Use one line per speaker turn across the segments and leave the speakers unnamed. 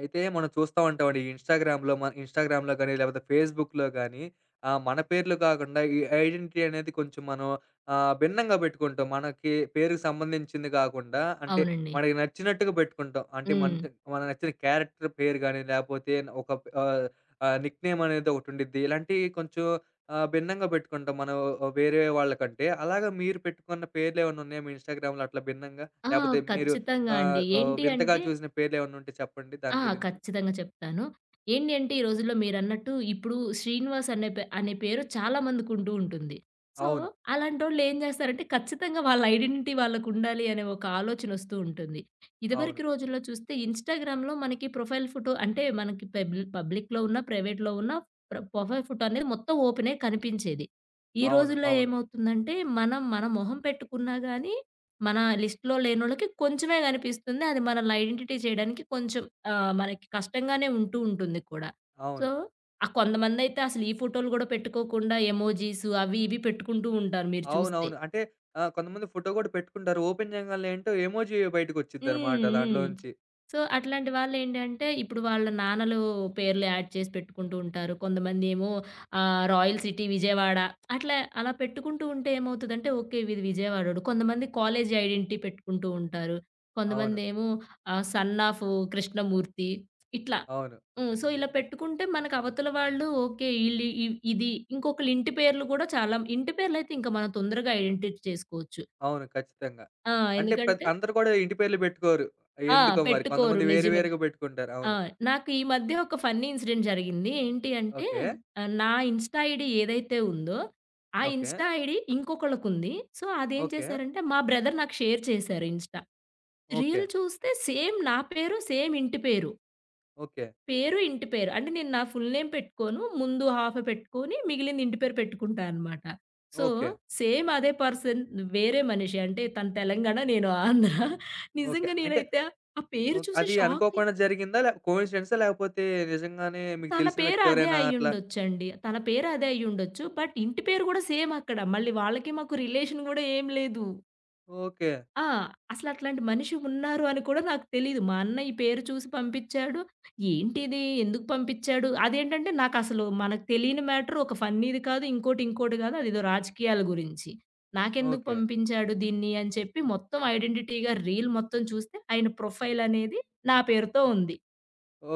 అయితే మనం చూస్తా ఉంటామండి. ఈ ఇన్‌స్టాగ్రామ్‌లో గాని, లేపోతే ఫేస్‌బుక్‌లో గాని మన పేర్లు కాకుండా ఈ ఐడెంటిటీ అనేది కొంచెం మనం భిన్నంగా పెట్టుకుంటాం. మనకి పేరుకి సంబంధించింది కాకుండా అంటే
అవునండి.
మనకి నచ్చినట్టుగా పెట్టుకుంటాం. అంటే
హ్మ్.
మనకు నచ్చిన క్యారెక్టర్ పేరు గాని, లేపోతే ఒక ఆహ్, ఆహ్, నిక్‌నేమ్ అనేది ఒకటుండిద్ది. ఇలాంటియి కొంచెం భిన్నంగా పెట్టుకుంటాం మనం వేరే వాళ్ళకంటే. అలాగా మీరు పెట్టుకున్న పేర్లేమన్నున్నాయా మీ ఇన్‌స్టాగ్రామ్‌లో అట్లా భిన్నంగా?
ఆ!
లేపోతే మీరు
ఖచ్చితంగా అండి.
ఓహ్,
ఏంటి
వింతగా
అంటే,
చూసిన పేర్లేమన్నా ఉంటే చెప్పండి దాని
ఆ!
గురించి?
ఖచ్చితంగా చెప్తాను. ఏంటి అంటే ఈ రోజుల్లో మీరన్నట్టు ఇప్పుడు 'శ్రీనివాస్' అనే పే అనే పేరు చాలా మందికుంటూ ఉంటుంది. సో,
అవును.
అలాంటోళ్ళు ఏం చేస్తారంటే ఖచ్చితంగా వాళ్ళ ఐడెంటిటీ వాళ్ళకుండాలి అనే ఒక ఆలోచనొస్తూ ఉంటుంది.
అవును.
ఇదివరకు రోజుల్లో చూస్తే ఇన్‌స్టాగ్రామ్‌లో మనకి ప్రొఫైల్ ఫోటో అంటే మనకి పబ్లిక్‌లో ఉన్న, ప్రైవేట్‌లో ఉన్న ప్రొఫైల్ ఫోటో అనేది మొత్తం ఓపెనే కనిపించేది. ఈ
అవును.
రోజుల్లో
అవును.
ఏమవుతుందంటే మనం మన మొహం పెట్టుకున్నా గానీ, మన లిస్ట్‌లో లేనోళ్ళకి కొంచెమే కనిపిస్తుంది. అది మనల్ని ఐడెంటిటీ చేయడానికి కొంచెం మనకి కష్టంగానే ఉంటూ ఉంటుంది కూడా. సో,
అవును.
ఆ కొంతమందైతే అసలు ఈ ఫోటోలు గూడా పెట్టుకోకుండా ఎమోజీస్ అవి ఇవి పెట్టుకుంటూ ఉంటారు మీరు చూస్తే.
అవునవును. అంటే కొంతమంది ఫోటో కూడా పెట్టుకుంటారు. ఓపెన్ చేయంగాల్నే ఏంటో ఎమోజి
హ్మ్.
బయటకొచ్చిద్దనమాట
హ్మ్.
దాంట్లోంచి.
సో, అట్లాంటి వాళ్ళేంటంటే ఇప్పుడు వాళ్ళ నాన్నలు పేర్లు యాడ్ చేసి పెట్టుకుంటూ ఉంటారు. కొంతమందేమో రాయల్ సిటీ విజయవాడ అట్లా అలా పెట్టుకుంటూ ఉంటే ఏమవుతదంటే ఓకే. వీడు విజయవాడోడు. కొంతమంది కాలేజీ ఐడెంటిటీ పెట్టుకుంటూ ఉంటారు.
అవును.
కొంతమందేమో సన్ ఆఫ్ కృష్ణమూర్తి ఇట్లా.
అవును.
హ్మ్. సో, ఇలా పెట్టుకుంటే మనకు అవతల వాళ్ళు ఓకే. ఈళ్ళు ఇ ఇది ఇంకొకళ్ళ ఇంటి పేర్లు గూడా, చాలా ఇంటి పేర్లయితే ఇంకా మనం తొందరగా ఐడెంటిటీ చేసుకోవచ్చు.
అవును. ఖచ్చితంగా.
ఆ!
అంటే ప్రతి
ఎందుకంటే
అందరూ కూడా ఇంటి పేర్లు పెట్టుకోరు.
ఆ!
ఎందుకో మరి
పెట్టుకోరు.
కొంతమంది వేరు
నిజమే.
వేరుగా పెట్టుకుంటారు.
ఆ!
అవును.
నాకు ఈ మధ్య ఒక ఫన్నీ ఇన్సిడెంట్ జరిగింది. ఏంటి అంటే
ఓకే.
నా ఇన్‌స్టా ఐడీ ఏదైతే ఉందో, ఆ
ఓకే.
ఇన్‌స్టా ఐడీ ఇంకొకళ్ళకుంది. సో, అదేం
ఓకే.
చేశారంటే మా బ్రదర్ నాకు షేర్ చేశారు ఇన్‌స్టా.
ఓకే.
రీల్ చూస్తే సేమ్ నా పేరు, సేమ్ ఇంటి పేరు.
ఓకే.
పేరు, ఇంటి పేరు. అంటే నేను నా ఫుల్ నేమ్ పెట్టుకోను. ముందు హాఫ్ పెట్టుకొని మిగిలింది ఇంటి పేరు పెట్టుకుంటా అనమాట. So,
okay.
సేమ్ అదే పర్సన్ వేరే మనిషి, అంటే తను తెలంగాణ, నేను ఆంధ్ర.
ఓకే.
నిజంగా
అంటే
నేనైతే ఆ పేరు
ఓహ్,
చూసి
అది
షాకయి,
అనుకోకుండా జరిగిందా? లే కోయిన్సిడెన్సా? లేకపోతే నిజంగానే మీకు
తన
తెలిసిన
పేరు అదే
వ్యక్తెవరైనా అట్లా
అయ్యుండొచ్చండి. తన పేరు అదే అయ్యుండొచ్చు. బట్ ఇంటి పేరు గూడా సేమ్ అక్కడ. మళ్ళీ వాళ్ళకి మాకు రిలేషన్ గూడా ఏం లేదు.
ఓకే.
ఆ! అసలట్లాంటి మనిషి ఉన్నారు అని కూడా నాకు తెలీదు. మా అన్నయ్య పేరు చూసి పంపిచ్చాడు. ఏంటిది? ఎందుకు పంపిచ్చాడు? అదేంటంటే నాకసలు మనకు తెలియని మ్యాటర్, ఒక ఫన్నీది కాదు, ఇంకోటి, ఇంకోటి కాదు, అదేదో రాజకీయాల గురించి. నాకెందుకు
ఓకే.
పంపించాడు దీన్ని అని చెప్పి మొత్తం ఐడెంటిటీగా రీల్ మొత్తం చూస్తే ఆయన ప్రొఫైల్ అనేది నా పేరుతో ఉంది.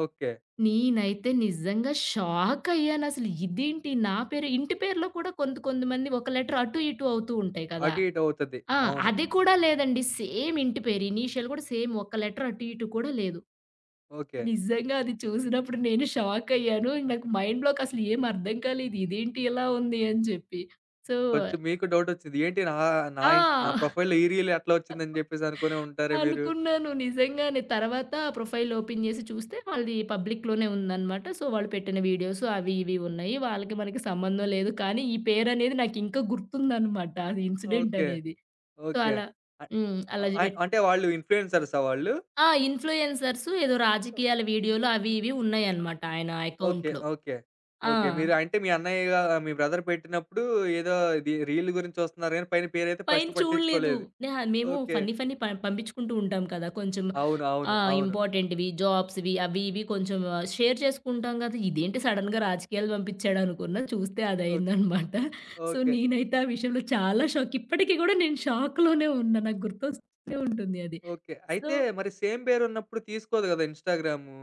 ఓకే.
నేనైతే నిజంగా షాకయ్యానసలు. ఇదేంటి నా పేరు ఇంటి పేర్లో కూడా, కొంతమంది ఒక లెటర్ అటు, ఇటు అవుతూ ఉంటాయి కదా!
అటు ఇటు అవుతది.
ఆ!
అవును.
అది కూడా లేదండి. సేమ్ ఇంటి పేరు. ఇనీషియల్ కూడా సేమ్, ఒక్క లెటర్ అటు, ఇటు కూడా లేదు.
ఓకే.
నిజంగా అది చూసినప్పుడు నేను షాకయ్యాను. నాకు మైండ్‌లోకి అసలు ఏం అర్థం కాలేదు, ఇదేంటి ఇలా ఉంది అని చెప్పి. సో
కొంచెం మీకు డౌటొచ్చింది. ఏంటి నా నా ఇన్స్ నా
ఆ!
ప్రొఫైల్‌లో ఈ రీల్ ఎట్లా వచ్చిందని జెప్పేసి అనుకునే ఉంటారే మీరు.
అనుకున్నాను. నిజంగానే. తర్వాత ప్రొఫైల్ ఓపెన్ జేసి చూస్తే వాళ్ళది పబ్లిక్‌లోనే ఉందనమాట. సో, వాళ్ళు పెట్టిన వీడియోస్ అవి ఇవి ఉన్నాయి. వాళ్ళకి మనకి సంబంధం లేదు. కానీ ఈ పేరనేది నాకింకా గుర్తుందనమాట. అది ఇన్సిడెంట్
ఓకే.
అనేది. So,
okay.
అలా
అ
హ్మ్. అలా జి బెట్
అంటే వాళ్ళు ఇన్‌ఫ్లుయెన్సర్సా వాళ్ళు?
ఆ! ఇన్‌ఫ్లుయెన్సర్స్ ఏదో రాజకీయాల వీడియోలు అవి ఇవి ఉన్నాయనమాట ఆయన
ఓకే.
అకౌంట్‌లో.
ఓకే.
ఆ!
ఓకే. మీరు అంటే మీ అన్నయ్య మీ బ్రదర్ పెట్టినప్పుడు ఏదో ఇది రీల్ గురించి వస్తున్నారు గానీ పైన పేరైతే
పైన
ఫస్ట్
చూడలేదు.
పట్టించుకోలేదు.
నెహ మేము
ఓకే.
ఫన్నీ ఫన్నీ పంపించుకుంటూ ఉంటాం కదా! కొంచెం
అవును.
ఆ!
అవును. అవును.
ఇంపార్టెంట్‌వి, జాబ్స్‌వి అవి ఇవి కొంచెం షేర్ చేసుకుంటాం కదా! ఇదేంటి సడెన్‌గా రాజకీయాలు పంపించాడు అనుకున్నా. చూస్తే
ఓకే.
అదయిందనమాట. So,
okay.
నేనైతే ఆ విషయంలో చాలా షాక్. ఇప్పటికి కూడా నేను షాక్‌లోనే ఉన్నా. నాకు గుర్తొస్తూనే ఉంటుంది అది.
ఓకే.
సో,
అయితే మరి సేమ్ పేరున్నప్పుడు తీసుకోదు గదా! ఇన్‌స్టాగ్రాము.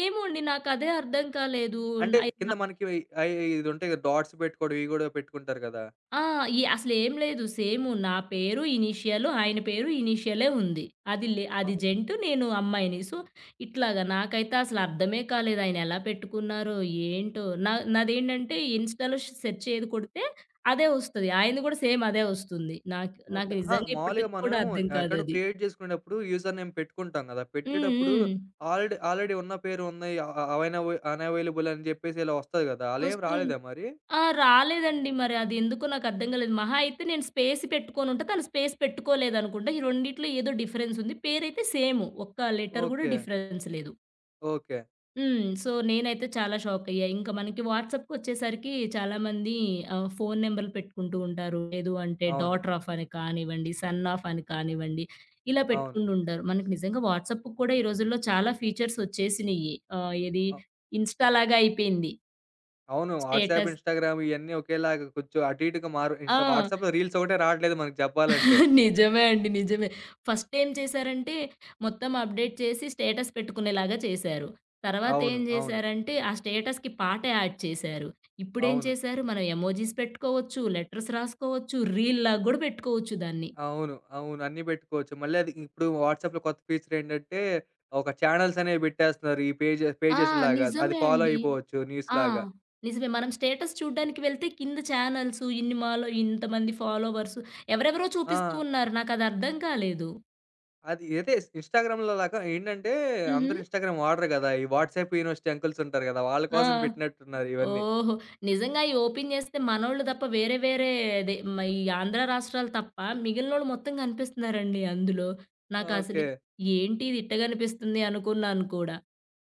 ఏమో అండి నాకదే అర్థం కాలేదు.
అంటే
ఐ
కింద మనకి అయి ఇది ఉంటాయి కదా! డాట్స్ పెట్టుకోవడం ఇవి గూడా పెట్టుకుంటారు కదా!
ఆ! ఈ అసలేం లేదు. సేము నా పేరు ఇనీషియల్, ఆయన పేరు ఇనీషియలే ఉంది. అది లే
ఆ!
అది జెంట్, నేను అమ్మాయిని. సో, ఇట్లాగా నాకైతే అసలు అర్థమే కాలేదు ఆయన ఎలా పెట్టుకున్నారో, ఏంటో. నాదేంటంటే ఇన్‌స్టా‌లో సెర్చ్ ఏది కొడితే అదే వస్తది. ఆయనది కూడా సేమ్ అదే వస్తుంది. నాకు
ఓకే.
నాకు
అహా!
నిజంగా
మామూలుగా
ఇప్పటికి
మనం
కూడా అర్థం
అకౌంట్
కాదది.
క్రియేట్ చేసుకునేటప్పుడు యూజర్ నేమ్ పెట్టుకుంటాం కదా!
హ్మ్.
పెట్టేటప్పుడు
హ్మ్.
ఆల్రెడీ ఆల్రెడీ ఉన్న పేరు ఉన్నాయి. అ అ అవైనవ్ అనవైలబుల్ అని చెప్పేసి ఇలా వస్తది కదా! అలా ఏం
వస్తుం
రాలేదా మరి?
ఆ! రాలేదండి. మరి అది ఎందుకో నాకు అర్థం కాలేదు. మహా అయితే నేను స్పేస్ పెట్టుకొనుంటా. తను స్పేస్ పెట్టుకోలేదనుకుంటా. ఈ రెండిట్లో ఏదో డిఫరెన్స్ ఉంది. పేరైతే సేము. ఒక్క లెటర్ గూడా
ఓకే.
డిఫరెన్స్ లేదు.
ఓకే.
హ్మ్. సో, నేనైతే చాలా షాక్ అయ్యా. ఇంకా మనకి వాట్సాప్‌కొచ్చేసరికి చాలామంది ఫోను నంబర్‌లు పెట్టుకుంటూ ఉంటారు. లేదు అంటే
అవును.
డాటర్ ఆఫ్ అని కానివ్వండి, సన్ ఆఫ్ అని కానివ్వండి, ఇలా
అవును.
పెట్టుకుంటుంటారు. మనకి నిజంగా వాట్సాప్‌కి కూడా ఈ రోజుల్లో చాలా ఫీచర్స్ వచ్చేసినియి. ఏది
అ
ఇన్‌స్టా లాగా అయిపోయింది.
అవును. వాట్సాప్,
స్టేటస్
ఇన్‌స్టాగ్రామ్ ఇయన్నీ ఒకేలాగా కొంచెం అటు ఇటుగా మారు ఇన్‌స్టా
ఆ!
వాట్సాప్‌లో రీల్స్ ఒకటే రావట్లేదు మనకు చెప్పాలంటే.
నిజమే అండి. నిజమే. ఫస్ట్ ఏం చేశారంటే, మొత్తం అప్‌డేట్ చేసి స్టేటస్ పెట్టుకునేలాగా చేశారు.
అవును.
తర్వాతేం
అవును.
జేశారంటే, ఆ స్టేటస్‌కి పాట యాడ్ చేశారు. ఇప్పుడేం
అవును.
చేశారు, మనం ఎమోజిస్ పెట్టుకోవచ్చు, లెటర్స్ రాసుకోవచ్చు, రీల్‌లాగా గూడా పెట్టుకోవచ్చు దాన్ని.
అవును. అవును. అన్నీ బెట్టుకోవచ్చు. మళ్ళీ అది ఇప్పుడు వాట్సాప్‌లో కొత్త ఫీచర్ ఏంటంటే, ఒక చానెల్స్ అనేవి బెట్టేస్తున్నారు. ఈ
ఆ!
పేజెస్‌లాగా. అది
నిజమే
ఫాలో
అండి.
అయిపోవచ్చు
ఆ!
న్యూస్‌లాగా.
నిజమే. మనం స్టేటస్ చూడ్డానికి వెళ్తే కింద ఛానల్సు, ఇన్ని మాలో ఇంతమంది ఫాలోవర్సు ఎవరెవరో
ఆ!
చూపిస్తూ ఉన్నారు. నాకదర్థం కాలేదు.
అది ఇదే ఇన్‌స్టాగ్రామ్‌లో లాగా ఏంటంటే,
హుహు.
అందరూ ఇన్‌స్టాగ్రామ్ వాడరు గదా! ఈ వాట్సాప్ యూనివర్సిటీ అంకుల్స్ ఉంటారు గదా! వాళ్ళ
ఆ!
కోసం బెట్టినట్టున్నారు ఇవన్నీ.
ఓహో! నిజంగా అయి ఓపెన్ జేస్తే మనోళ్ళు తప్ప వేరే వేరే అదే మ ఈ ఆంధ్ర రాష్ట్రాలు తప్ప మిగిలినోళ్ళు మొత్తం గనిపిస్తున్నారండి అందులో. నాకసలు
ఓకే.
ఏంటి ఇది ఇట్ట గనిపిస్తుంది అనుకున్నాను కూడా.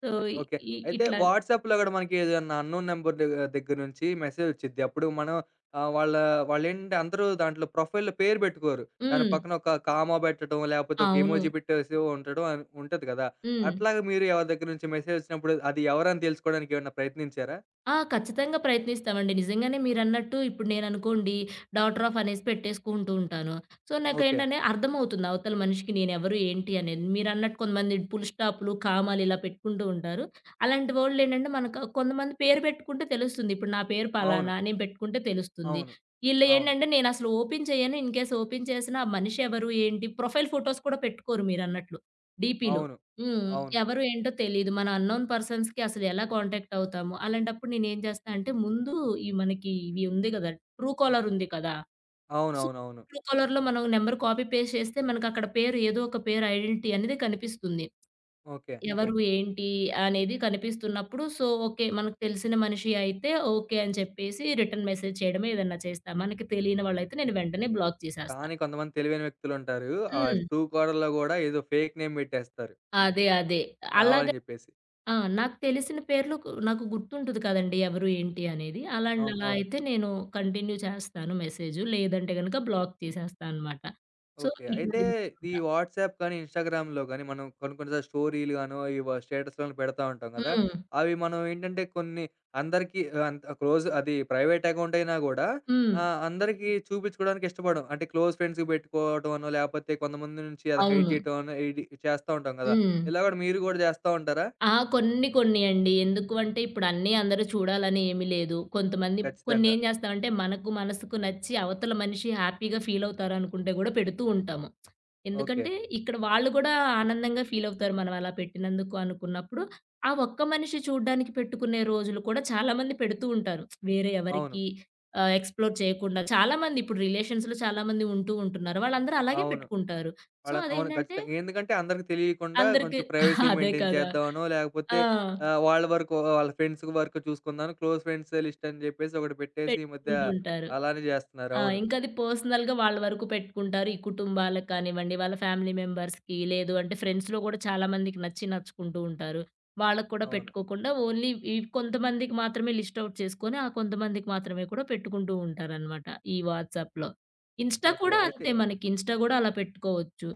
So,
okay.
ఇ
అయితే
ఇట్లాగ
వాట్సాప్‌లో గూడా మనకి ఏదన్నా అన్‌నోన్ నంబర్ దగ్గర నుంచి మెసేజొచ్చిద్ది. అప్పుడు మనం ఆహ్, వాళ్ళ వాళ్ళేంటంటే అందరూ దాంట్లో ప్రొఫైల్‌లో పేరు బెట్టుకోరు. దాని
హ్మ్.
పక్కన ఒక కామా బెట్టడం, లేపోతే ఒక
అవును.
ఎమోజి పెట్టేసి ఉండడం అని ఉంటది గదా!
హ్మ్.
అట్లాగా మీరు ఎవరి దగ్గర నుంచి మెసేజొచ్చినప్పుడు అది ఎవరని తెలుసుకోవడానికి ఏమన్నా ప్రయత్నించారా?
ఆ! ఖచ్చితంగా ప్రయత్నిస్తామండి. నిజంగానే మీరన్నట్టు ఇప్పుడు నేననుకోండి, డాటర్ ఆఫ్ అనేసి పెట్టేసుకుంటూ ఉంటాను. So,
okay.
నాకేంటనే అర్థమవుతుంది అవతల మనిషికి నేనెవరు, ఏంటి అనేది. మీరన్నట్టు కొంతమంది ఫుల్ స్టాప్‌లు, కామాలు ఇలా పెట్టుకుంటూ ఉంటారు. అలాంటి వోళ్ళేంటంటే మనకు కొంతమంది పేరు పెట్టుకుంటే తెలుస్తుంది. ఇప్పుడు నా పేరు
అవును.
పలానా నేను పెట్టుకుంటే తెలుస్తుంది.
అవును.
ఈళ్ళు
అవును.
ఏంటంటే నేనసలు ఓపెన్ చేయను. ఇన్‌కేస్ ఓపెన్ చేసినా ఆ మనిషెవరు, ఏంటి, ప్రొఫైల్ ఫోటోస్ కూడా పెట్టుకోరు మీరన్నట్లు డీపీలో.
అవును.
హ్మ్.
అవును.
ఎవరు ఏంటో తెలీదు. మన అన్నోన్ పర్సన్స్‌కి అసలు ఎలా కాంటాక్ట్ అవుతాము? అలాంటప్పుడు నేనేం చేస్తా అంటే, ముందు ఈ మనకి ఇవి ఉంది గదా! ట్రూ కాలర్ ఉంది కదా! సో,
అవునవునవును.
ట్రూ కాలర్‌లో మనం నంబర్ కాపీ పేస్ట్ చేస్తే మనకక్కడ పేరు, ఏదో ఒక పేరు, ఐడెంటిటీ అనేది కనిపిస్తుంది.
ఓకే.
ఎవరు, ఏంటి అనేది కనిపిస్తున్నప్పుడు సో, ఓకే. మనకు తెలిసిన మనిషి అయితే ఓకే అని చెప్పేసి రిటర్న్ మెసేజ్ చేయడమో ఏదన్నా చేస్తా. మనకి తెలియని వాళ్ళైతే నేను వెంటనే బ్లాక్ చేసేస్తా.
కానీ కొంతమంది తెలివైన వ్యక్తులుంటారు. ఆ
హ్మ్.
2 కోడల్లో గూడా ఏదో ఫేక్ నేమ్ బెట్టేస్తారు
అదే. అదే. అలాగ
కావాలని జెప్పేసి.
ఆ! నాకు తెలిసిన పేర్లు కు నాకు గుర్తుంటది కదండీ! ఎవరు ఏంటి అనేది. అలాంటి
అవు
అలా
ఓ
అయితే నేను కంటిన్యూ చేస్తాను మెసేజు. లేదంటే గనక బ్లాక్ చేసేస్తా అనమాట. So,
okay.
ఇట్లా
అయితే ఈ
చేసుకుంటా.
వాట్సాప్ కానీ, ఇన్‌స్టాగ్రామ్‌లో గానీ, మనం కొన్ని కొన్ని సార్లు స్టోరీలు గానో, స్టేటస్‌లను పెడతా ఉంటాం గదా!
హ్మ్.
అవి మనం ఏంటంటే కొన్ని అందరికీ అంత క్లోజ్ అది ప్రైవేట్ అకౌంట్ అయినా గూడా
హ్మ్.
అందరికీ చూపిచ్చుకోడానికి ఇష్టపడం. అంటే క్లోజ్ ఫ్రెండ్స్‌కి పెట్టుకోవటమనో, లేపోతే కొంతమంది నుంచి అది హైడ్
అవును.
జేయటమనో ఇది చేస్తా ఉంటాం గదా!
హ్మ్.
ఇలా గూడా మీరు గూడా జేస్తా ఉంటారా?
ఆ! కొన్ని కొన్ని అండి. ఎందుకు అంటే ఇప్పుడు అన్నీ అందరూ చూడాలని ఏమీ లేదు. కొంతమంది
ఖచ్చితంగా.
కొన్నేం చేస్తామంటే మనకు మనసుకు నచ్చి అవతల మనిషి హ్యాపీగా ఫీల్ అవుతారు అనుకుంటే గూడా పెడుతూ ఉంటాము.
ఓకే.
ఎందుకంటే ఇక్కడ వాళ్ళు గూడా ఆనందంగా ఫీల్ అవుతారు మనం అలా పెట్టినందుకు అనుకున్నప్పుడు. ఆ ఒక్క మనిషి చూడ్డానికి పెట్టుకునే రోజులు కూడా చాలామంది పెడుతూ ఉంటారు. వేరే
అవును.
ఎవరికీ ఎక్స్‌ప్లోర్ చేయకుండా చాలామంది ఇప్పుడు రిలేషన్స్‌లో చాలామంది ఉంటూ ఉంటున్నారు. వాళ్ళందరూ అలాగే
అవును.
పెట్టుకుంటారు. సో,
వాళ్ళ అవును.
అదేంటంటే
ఖచ్చితంగా. ఎందుకంటే అందరికి తెలియకుండా
అందరికి
కొంచెం ప్రైవసీ
అదే
మెయింటైన్
కదా!
చేద్దామనో,
ఆ!
లేకపోతే వాళ్ళ వరకు వాళ్ళ ఫ్రెండ్స్ వరకు చూసుకుందామని క్లోజ్ ఫ్రెండ్స్ లిస్ట్ అని జెప్పేసి ఒకటి పెట్టేసి ఈ మధ్య
పెట్టుకుంటుంటారు.
అలానే జేస్తున్నారు.
ఆ!
అవును.
ఇంకది పర్సనల్‌గా వాళ్ళ వరకు పెట్టుకుంటారు. ఈ కుటుంబాలకు కానివ్వండి, వాళ్ళ ఫ్యామిలీ మెంబర్స్‌కి, లేదు అంటే ఫ్రెండ్స్‌లో కూడా చాలా మందికి నచ్చుకుంటూ ఉంటారు. వాళ్ళకి కూడా
అవును.
పెట్టుకోకుండా ఓన్లీ ఈ కొంతమందికి మాత్రమే లిస్ట్ ఔట్ చేసుకొని, ఆ కొంతమందికి మాత్రమే కూడా పెట్టుకుంటూ ఉంటారనమాట ఈ వాట్సాప్‌లో. Insta
okay.
కూడా
అయితే
అంతే మనకి. ఇన్‌స్టా గూడా అలా పెట్టుకోవచ్చు.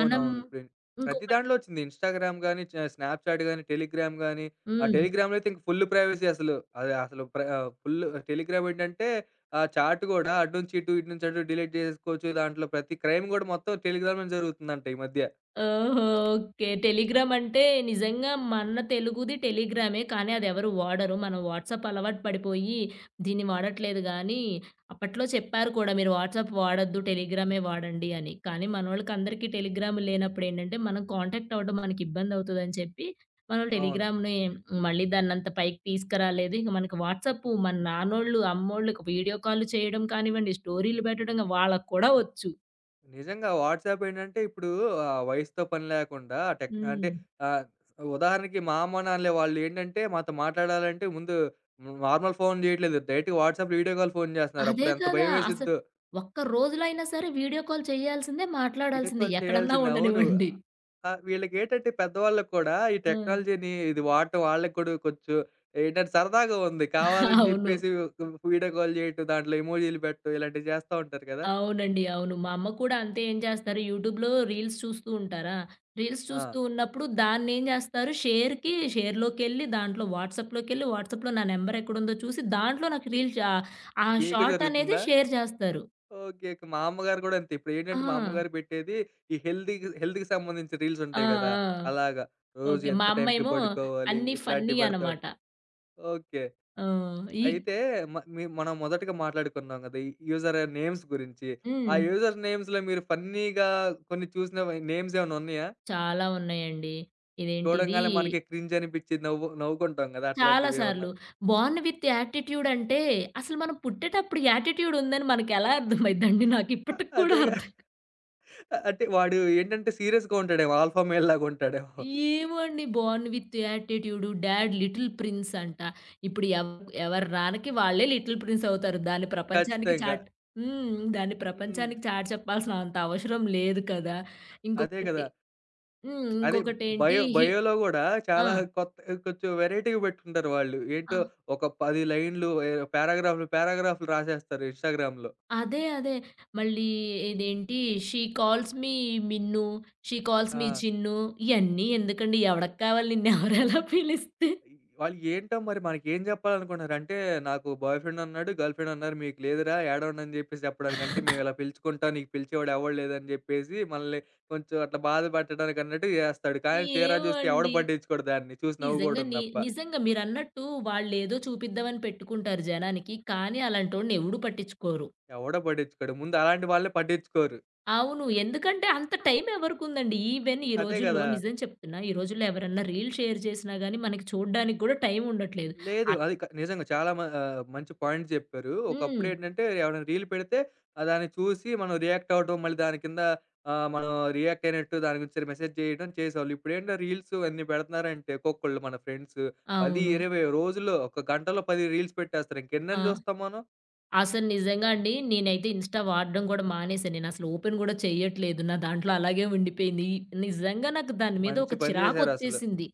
మనం
ఇప్పుడు ప్రతి
ఇంకొకటి
దాంట్లో వచ్చింది. ఇన్‌స్టాగ్రామ్ గాని, స్నాప్‌చాట్ గాని, టెలిగ్రామ్ గాని, ఆ
హ్మ్.
టెలిగ్రామ్‌లో అయితే ఇంక ఫుల్ ప్రైవసీ అసలు. అది అసలు ఫుల్ టెలిగ్రామ్ ఏంటంటే ఆ చాట్ గూడా అటు నుంచి ఇటు, ఇటు నుంచి అటు డిలీట్ జేసేసుకోవచ్చు. దాంట్లో ప్రతి క్రైమ్ గూడా మొత్తం టెలిగ్రామ్‌లోనే జరుగుతుందంట ఈ మధ్య.
ఓహో! ఓకే. టెలిగ్రామ్ అంటే నిజంగా మన తెలుగుది టెలిగ్రామే. కానీ అదెవరు వాడరు. మనం వాట్సాప్ అలవాటు పడిపోయి దీన్ని వాడట్లేదు గానీ, అప్పట్లో చెప్పారు కూడా మీరు వాట్సాప్ వాడొద్దు, టెలిగ్రామే వాడండి అని. కానీ మనోళ్ళకందరికీ టెలిగ్రామ్ లేనప్పుడేంటంటే, మనం కాంటాక్ట్ అవ్వడం మనకిబ్బందవుతదని చెప్పి, మనం
అవును.
టెలిగ్రామ్‌ని మళ్ళీ దాన్నంత పైకి తీసుకురాలేదు. ఇంక మనకి వాట్సాపు మన నాన్నోళ్ళు, అమ్మోళ్ళకి వీడియో కాల్లు చేయడం కానివ్వండి, స్టోరీలు పెట్టడం వాళ్ళకి కూడా ఒచ్చు.
నిజంగా వాట్సాప్ ఏంటంటే ఇప్పుడు వయసుతో పని లేకుండా టెక్ అంటే
హ్మ్.
ఆహ్, ఉదాహరణకి మా అమ్మ, నాన్నలే వాళ్ళు ఏంటంటే మాతో మాట్లాడాలంటే ముందు నార్మల్ ఫోన్ చేయట్లేదు. డైరెక్ట్‌గా వాట్సాప్‌లో వీడియో కాల్ ఫోన్ చేస్తున్నారు.
అదే
అప్పుడు ఎంత
కదా! అసలు
భయమేసిద్దో.
ఒక్క రోజులైనా సరే వీడియో కాల్ చేయాల్సిందే,
వీడియో
మాట్లాడాల్సిందే,
కాల్
ఎక్కడన్నా
చేయాల్సింది అవును.
ఉండనివ్వండి.
వీళ్ళకేంటంటే పెద్దవాళ్ళకి కూడా ఈ
ఆ!
టెక్నాలజీని ఇది వాడటం వాళ్ళకి కూడా కొంచెం ఏంటంటే సరదాగా ఉంది. కావాలని
అవును.
చెప్పేసి వీడియో కాల్ చేయటం, దాంట్లో ఎమోజీలు పెట్టడం ఇలాంటివి చేస్తా ఉంటారు కదా!
అవునండి. అవును. మా అమ్మ కూడా అంతే, ఏం చేస్తారు యూట్యూబ్‌లో రీల్స్ చూస్తూ ఉంటారా? రీల్స్
ఆ!
చూస్తూ ఉన్నప్పుడు దాన్నేం చేస్తారు, షేర్‌లోకెళ్ళి దాంట్లో వాట్సాప్‌లోకెళ్ళి వాట్సాప్‌లో నా నంబర్ ఎక్కడుందో చూసి దాంట్లో నాకు రీల్స్, ఆ
మీకు
షార్ట్ అనేది
జరుగుతుందా?
షేర్ చేస్తారు.
ఓకే. ఓకే. మా అమ్మగారు గూడా అంతే.
ఆ!
ఇప్పుడేంటంటే మా అమ్మగారు పెట్టేది ఈ హెల్త్‌కి సంబంధించిన రీల్స్
ఆ!
ఉంటాయి గదా!
ఆ!
అలాగా. రోజు
ఓకే. మా
ఎంత టైంకి
అమ్మేమో
పడుకోవాలి
అన్నీ ఫన్నీ
ఇట్లాంటివి పెడతా ఉం
అనమాట.
ఓకే.
ఆ! ఈ
అయితే మ మీ మనం మొదటగా మాట్లాడుకున్నాం గదా! ఈ యూజర్ నేమ్స్ గురించి. ఆ
హ్మ్.
యూజర్ నేమ్స్‌లో మీరు ఫన్నీగా కొన్ని చూసిన వి నేమ్స్ ఏమన్నా ఉన్నయా?
చాలా ఉన్నాయండి. ఇదేంటిది
చూడంగానే మనకి క్రింజ్ అనిపిచ్చి నవ్వు నవ్వుకుంటాం గదా!
చాలా
అట్లాంటివేమన్నా?
సార్లు. బోర్న్ విత్ యాటిట్యూడ్ అంటే అసలు మనం పుట్టేటప్పుడు యాటిట్యూడ్ ఉందని మనకెలా అర్థమైద్దండి?
అ
నాకిప్పటికి కూడా
అదేగా
అర్థం.
అంటే వాడు ఏంటంటే సీరియస్‌గా ఉంటాడేమో. ఆల్ఫా మేల్ లాగా ఉంటాడేమో.
ఏమో అండి, born with attitude, dad little prince అంట. ఇప్పుడు ఎవరి రానకి వాళ్ళే లిటిల్ ప్రిన్స్ అవుతారు. దాన్ని ప్రపంచానికి
ఖచ్చితంగా.
చాట్ హ్మ్. దాన్ని
హ్మ్.
ప్రపంచానికి చాటి చెప్పాల్సినంత అవసరం లేదు కదా!
అదే గదా!
ఇంకొకటి హ్మ్.
అదే
ఇంకొకటేంటి
బయో
హి
బయోలో గూడా
ఆ!
చాలా కొత్త కొంచెం వెరైటీగా పెట్టుకుంటారు వాళ్ళు.
ఆ!
ఏంటో ఒక 10 లైన్‌లు ఏ పారాగ్రాఫ్‌లు, పారాగ్రాఫ్‌లు రాసేస్తారు ఇన్‌స్టాగ్రామ్‌లో.
అదే. అదే. మళ్ళీ ఇదేంటి 'she calls me Minnu, she calls me
ఆ!
చిన్ను' ఇయన్నీ ఎందుకండి? ఎవడికి కావాలి నిన్నెవరెలా పిలిస్తే?
ఈ- వాళ్ళు ఏంటో మరి మనకేం జెప్పాలనుకుంటున్నారు? అంటే నాకు బాయ్ ఫ్రెండ్ ఉన్నాడు, గర్ల్ ఫ్రెండ్ ఉన్నారు. మీకు లేదురా ఏడవండి అని జెప్పేసి చెప్పడానికి. అంటే మేము ఇలా పిలుచుకుంటాం. నీకు పిలిచేవాడు ఎవడు లేదని జెప్పేసి మనల్ని కొంచెం అట్లా బాధ పెట్టడానికి అన్నట్టు జేస్తాడు. కానీ తీరా
ఏమో
జూస్తే ఎవడు
అండి.
పట్టించుకోడు దాన్ని. చూసి
నిజంగా
నవ్వుకోవడం
ని
దప్ప.
నిజంగా మీరన్నట్టు వాళ్ళేదో చూపిద్దామని పెట్టుకుంటారు జనానికి. కానీ అలాంటోడిని ఎవడు పట్టించుకోరు.
ఎవడు పట్టించుకోడు. ముందు అలాంటి వాళ్ళే పట్టించుకోరు.
అవును. ఎందుకంటే అంత టైం ఎవరికుందండి? ఈవెన్ ఈ
అదే
రోజుల్లో
గదా!
నిజం చెప్తున్నా, ఈ రోజుల్లో ఎవరన్నా రీల్ షేర్ చేసినా గాని మనకి చూడ్డానికి గూడా టైం ఉండట్లేదు.
లేదు.
అట్
అది నిజంగా చాలా మంచి పాయింట్ చెప్పారు.
హ్మ్.
ఒకప్పుడేంటంటే ఎవరైనా రీల్ పెడితే దాన్ని చూసి మనం రియాక్ట్ అవ్వడం, మళ్ళీ దాని కింద మనం రియాక్ట్ అయినట్టు దాని గురించి మెసేజ్ చేయడం చేసేవాళ్ళు. ఇప్పుడేంటో రీల్స్ అన్ని పెడుతున్నారంటే ఒక్కొక్కళ్ళు మన ఫ్రెండ్స్ 10,
అవును.
20 రోజుల్లో ఒక గంటలో 10 రీల్స్ పెట్టేస్తారు.
ఆ!
ఇంకెన్నని చూస్తాం మనం?
అసలు నిజంగా అండి. నేనైతే ఇన్‌స్టా వాడడం గూడా మానేశాను. నేనసలు ఓపెన్ గూడా చెయ్యట్లేదు. నా దాంట్లో అలాగే ఉండిపోయింది. నిజంగా నాకు దాని మీద
మంచి
ఒక
పని చేశారసలు.
చిరాకొచ్చేసింది.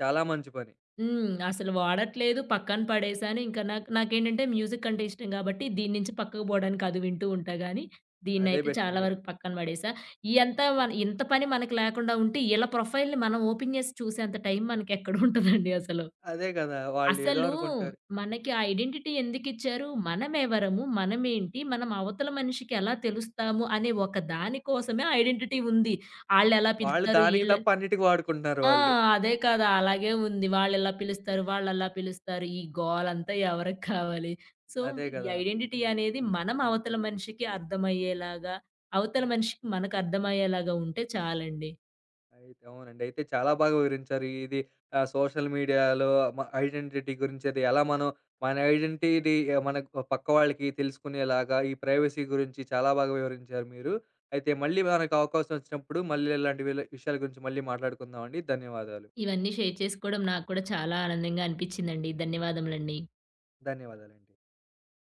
చాలా మంచి పని.
హ్మ్. అసలు వాడట్లేదు. పక్కన పడేశాను. ఇంకా నాకేంటంటే మ్యూజిక్ అంటే ఇష్టం గాబట్టి దీని నుంచి పక్కకు పోవడానికి అది వింటూ ఉంటా గానీ,
అదే
దీన్నైతే
బెస్ట్
చాలా
అండి.
వరకు పక్కన పడేశా. ఇయంతా
ఓకే.
మన ఇంత పని మనకు లేకుండా ఉంటే, ఈళ్ళ ప్రొఫైల్‌ని మనం ఓపెన్ చేసి చూసేంత టైం మనకెక్కడుంటదండి అసలు.
అదే కదా! వాళ్ళేదో
అసలు
అనుకుంటారు.
మనకి ఆ ఐడెంటిటీ ఎందుకిచ్చారు? మనమెవరము? మనమేంటి? మనం అవతల మనిషికి ఎలా తెలుస్తాము? అనే ఒక దాని కోసమే ఆ ఐడెంటిటీ ఉంది. ఆళ్ళెలా
వాళ్ళు
పిలుస్తారు?
దానికి
ఈళ్ళు
తప్ప అన్నిటికి వాడుకుంటున్నారు
ఆ!
వాళ్ళు.
అదే కదా! అలాగే ఉంది. వాళ్ళెలా పిలుస్తారు? వాళ్ళలా పిలుస్తారు. ఈ గోలంతా ఎవరికి కావాలి? సో,
అదే
ఈ
కదా!
ఐడెంటిటీ అనేది మనం అవతల మనిషికి అర్థమయ్యేలాగా, అవతల మనిషికి మనకు అర్థమయ్యేలాగా ఉంటే చాలండి.
అయితే అవునండి. అయితే చాలా బాగా వివరించారు. ఇది సోషల్ మీడియాలో ఐడెంటిటీ గురించి అది ఎలా మనం మన ఐడెంటిటీ ఆ, మన పక్క వాళ్ళకి తెలుసుకునేలాగా ఈ ప్రైవసీ గురించి చాలా బాగా వివరించారు మీరు. అయితే మళ్ళీ మనకు అవకాశం వచ్చినప్పుడు మళ్ళీ ఇలాంటి విషయాల గురించి మళ్ళీ మాట్లాడుకుందామండి. ధన్యవాదాలు.
ఇవన్నీ షేర్ చేసుకోవడం నాకు కూడా చాలా ఆనందంగా అనిపిచ్చిందండి. ధన్యవాదములండి.
ధన్యవాదాలండి.